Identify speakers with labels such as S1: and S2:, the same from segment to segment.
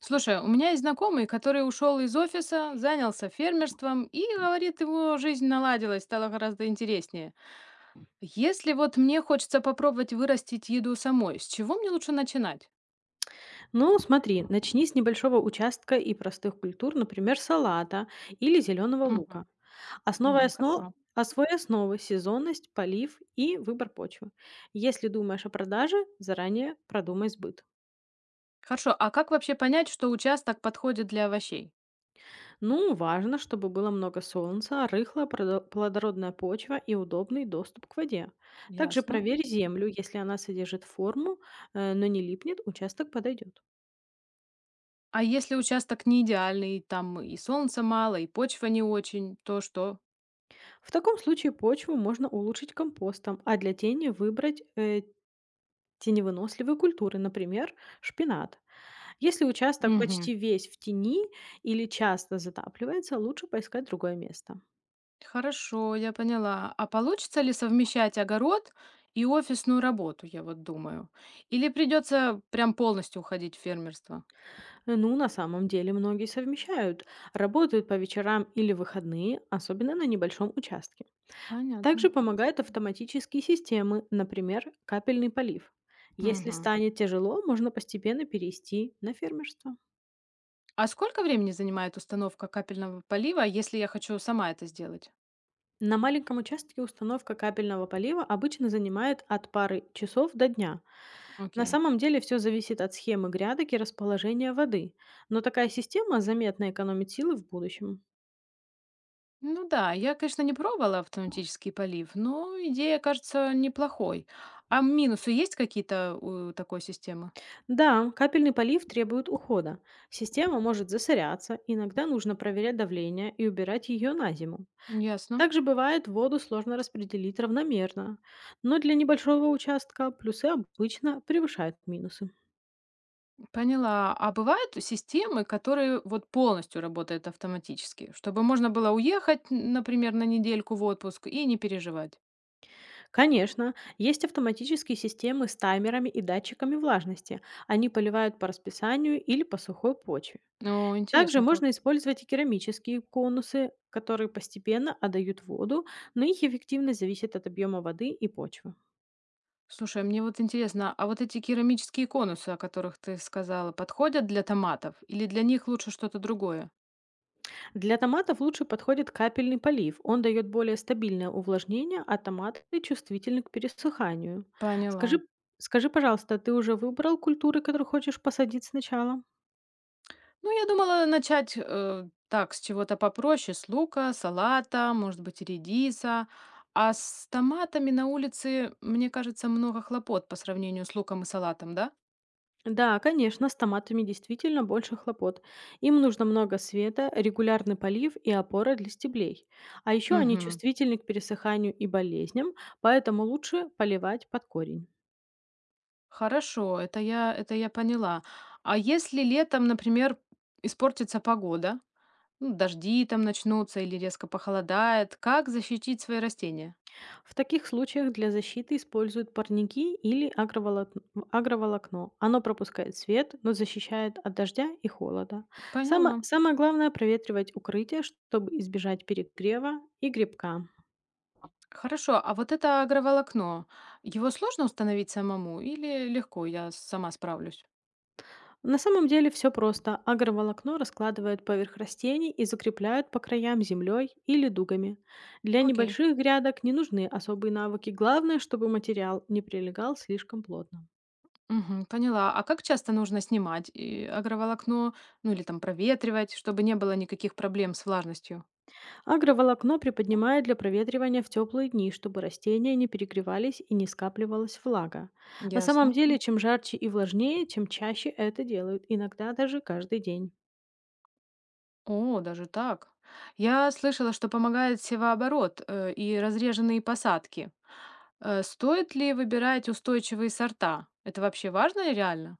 S1: Слушай, у меня есть знакомый, который ушел из офиса, занялся фермерством и, говорит, его жизнь наладилась, стала гораздо интереснее. Если вот мне хочется попробовать вырастить еду самой, с чего мне лучше начинать?
S2: Ну, смотри, начни с небольшого участка и простых культур, например, салата или зеленого лука.
S1: Мгм.
S2: Основа
S1: Мгм.
S2: основ...
S1: Хорошо.
S2: Освой основы, сезонность, полив и выбор почвы. Если думаешь о продаже, заранее продумай сбыт.
S1: Хорошо, а как вообще понять, что участок подходит для овощей?
S2: Ну, важно, чтобы было много солнца, рыхлая плодородная почва и удобный доступ к воде. Также
S1: Ясно.
S2: проверь землю, если она содержит форму, но не липнет, участок подойдет.
S1: А если участок не идеальный, там и солнца мало, и почва не очень, то что?
S2: В таком случае почву можно улучшить компостом, а для тени выбрать теневыносливые культуры, например, шпинат. Если участок почти весь в тени или часто затапливается, лучше поискать другое место.
S1: Хорошо, я поняла. А получится ли совмещать огород и офисную работу, я вот думаю? Или придется прям полностью уходить в фермерство?
S2: Ну, на самом деле многие совмещают, работают по вечерам или выходные, особенно на небольшом участке.
S1: Понятно.
S2: Также помогают автоматические системы, например, капельный полив. Если
S1: Мгм.
S2: станет тяжело, можно постепенно перейти на фермерство.
S1: А сколько времени занимает установка капельного полива, если я хочу сама это сделать?
S2: На маленьком участке установка капельного полива обычно занимает от пары часов до дня. На
S1: Окей.
S2: самом деле все зависит от схемы грядок и расположения воды, но такая система заметно экономит силы в будущем.
S1: Ну да, я, конечно, не пробовала автоматический полив, но идея кажется неплохой. А минусы есть какие-то у такой системы?
S2: Да, капельный полив требует ухода. Система может засоряться, иногда нужно проверять давление и убирать ее на зиму.
S1: Ясно.
S2: Также бывает, воду сложно распределить равномерно, но для небольшого участка плюсы обычно превышают минусы.
S1: Поняла. А бывают системы, которые вот полностью работают автоматически, чтобы можно было уехать, например, на недельку в отпуск и не переживать.
S2: Конечно, есть автоматические системы с таймерами и датчиками влажности. Они поливают по расписанию или по сухой почве.
S1: Ну,
S2: Также
S1: интересно как.
S2: можно использовать и керамические конусы, которые постепенно отдают воду, но их эффективность зависит от объема воды и почвы.
S1: Слушай, а мне вот интересно, а вот эти керамические конусы, о которых ты сказала, подходят для томатов или для них лучше что-то другое?
S2: Для томатов лучше подходит капельный полив. Он дает более стабильное увлажнение, а томаты чувствительны к пересыханию.
S1: Поняла.
S2: Скажи, скажи, пожалуйста, ты уже выбрал культуры, которые хочешь посадить сначала?
S1: Ну, я думала начать так, с чего-то попроще, с лука, салата, может быть, редиса. А с томатами на улице, мне кажется, много хлопот по сравнению с луком и салатом, да?
S2: Да, конечно, с томатами действительно больше хлопот. Им нужно много света, регулярный полив и опора для стеблей. А еще они
S1: Мгм.
S2: чувствительны к пересыханию и болезням, поэтому лучше поливать под корень.
S1: Хорошо, это я поняла. А если летом, например, испортится погода, ну, дожди там начнутся или резко похолодает, как защитить свои растения?
S2: В таких случаях для защиты используют парники или агроволокно. Оно пропускает свет, но защищает от дождя и холода.
S1: Поняла.
S2: Самое главное проветривать укрытие, чтобы избежать перегрева и грибка.
S1: Хорошо, а вот это агроволокно, его сложно установить самому или легко, я сама справлюсь?
S2: На самом деле все просто. Агроволокно раскладывают поверх растений и закрепляют по краям землей или дугами. Для
S1: Окей.
S2: небольших грядок не нужны особые навыки. Главное, чтобы материал не прилегал слишком плотно.
S1: Мгм, поняла. А как часто нужно снимать и агроволокно, ну или там проветривать, чтобы не было никаких проблем с влажностью?
S2: Агроволокно приподнимают для проветривания в теплые дни, чтобы растения не перегревались и не скапливалась влага. На самом
S1: Ясно.
S2: деле, чем жарче и влажнее, чем чаще это делают, иногда даже каждый день.
S1: О, даже так. Я слышала, что помогает севооборот, и разреженные посадки. Стоит ли выбирать устойчивые сорта? Это вообще важно и реально?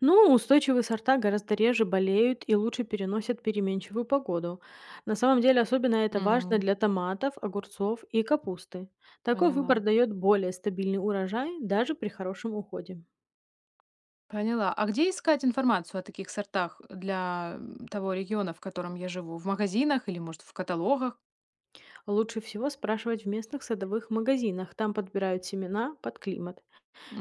S2: Ну, устойчивые сорта гораздо реже болеют и лучше переносят переменчивую погоду. На самом деле, особенно это важно
S1: М,
S2: для томатов, огурцов и капусты. Такой выбор
S1: поняла.
S2: дает более стабильный урожай даже при хорошем уходе.
S1: Поняла. А где искать информацию о таких сортах для того региона, в котором я живу? В магазинах или, может, в каталогах?
S2: Лучше всего спрашивать в местных садовых магазинах, там подбирают семена под климат.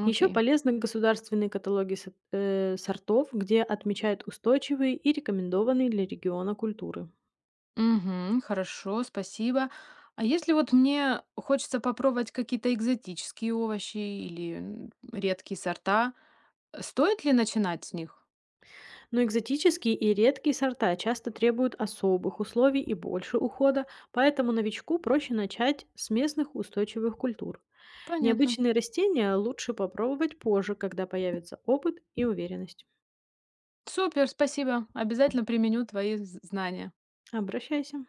S2: Еще
S1: Окей.
S2: полезны государственные каталоги сортов, где отмечают устойчивые и рекомендованные для региона культуры.
S1: Угу, хорошо, спасибо. А если вот мне хочется попробовать какие-то экзотические овощи или редкие сорта, стоит ли начинать с них?
S2: Но экзотические и редкие сорта часто требуют особых условий и больше ухода, поэтому новичку проще начать с местных устойчивых культур.
S1: Понятно.
S2: Необычные растения лучше попробовать позже, когда появится опыт и уверенность.
S1: Супер, спасибо. Обязательно применю твои знания.
S2: Обращайся.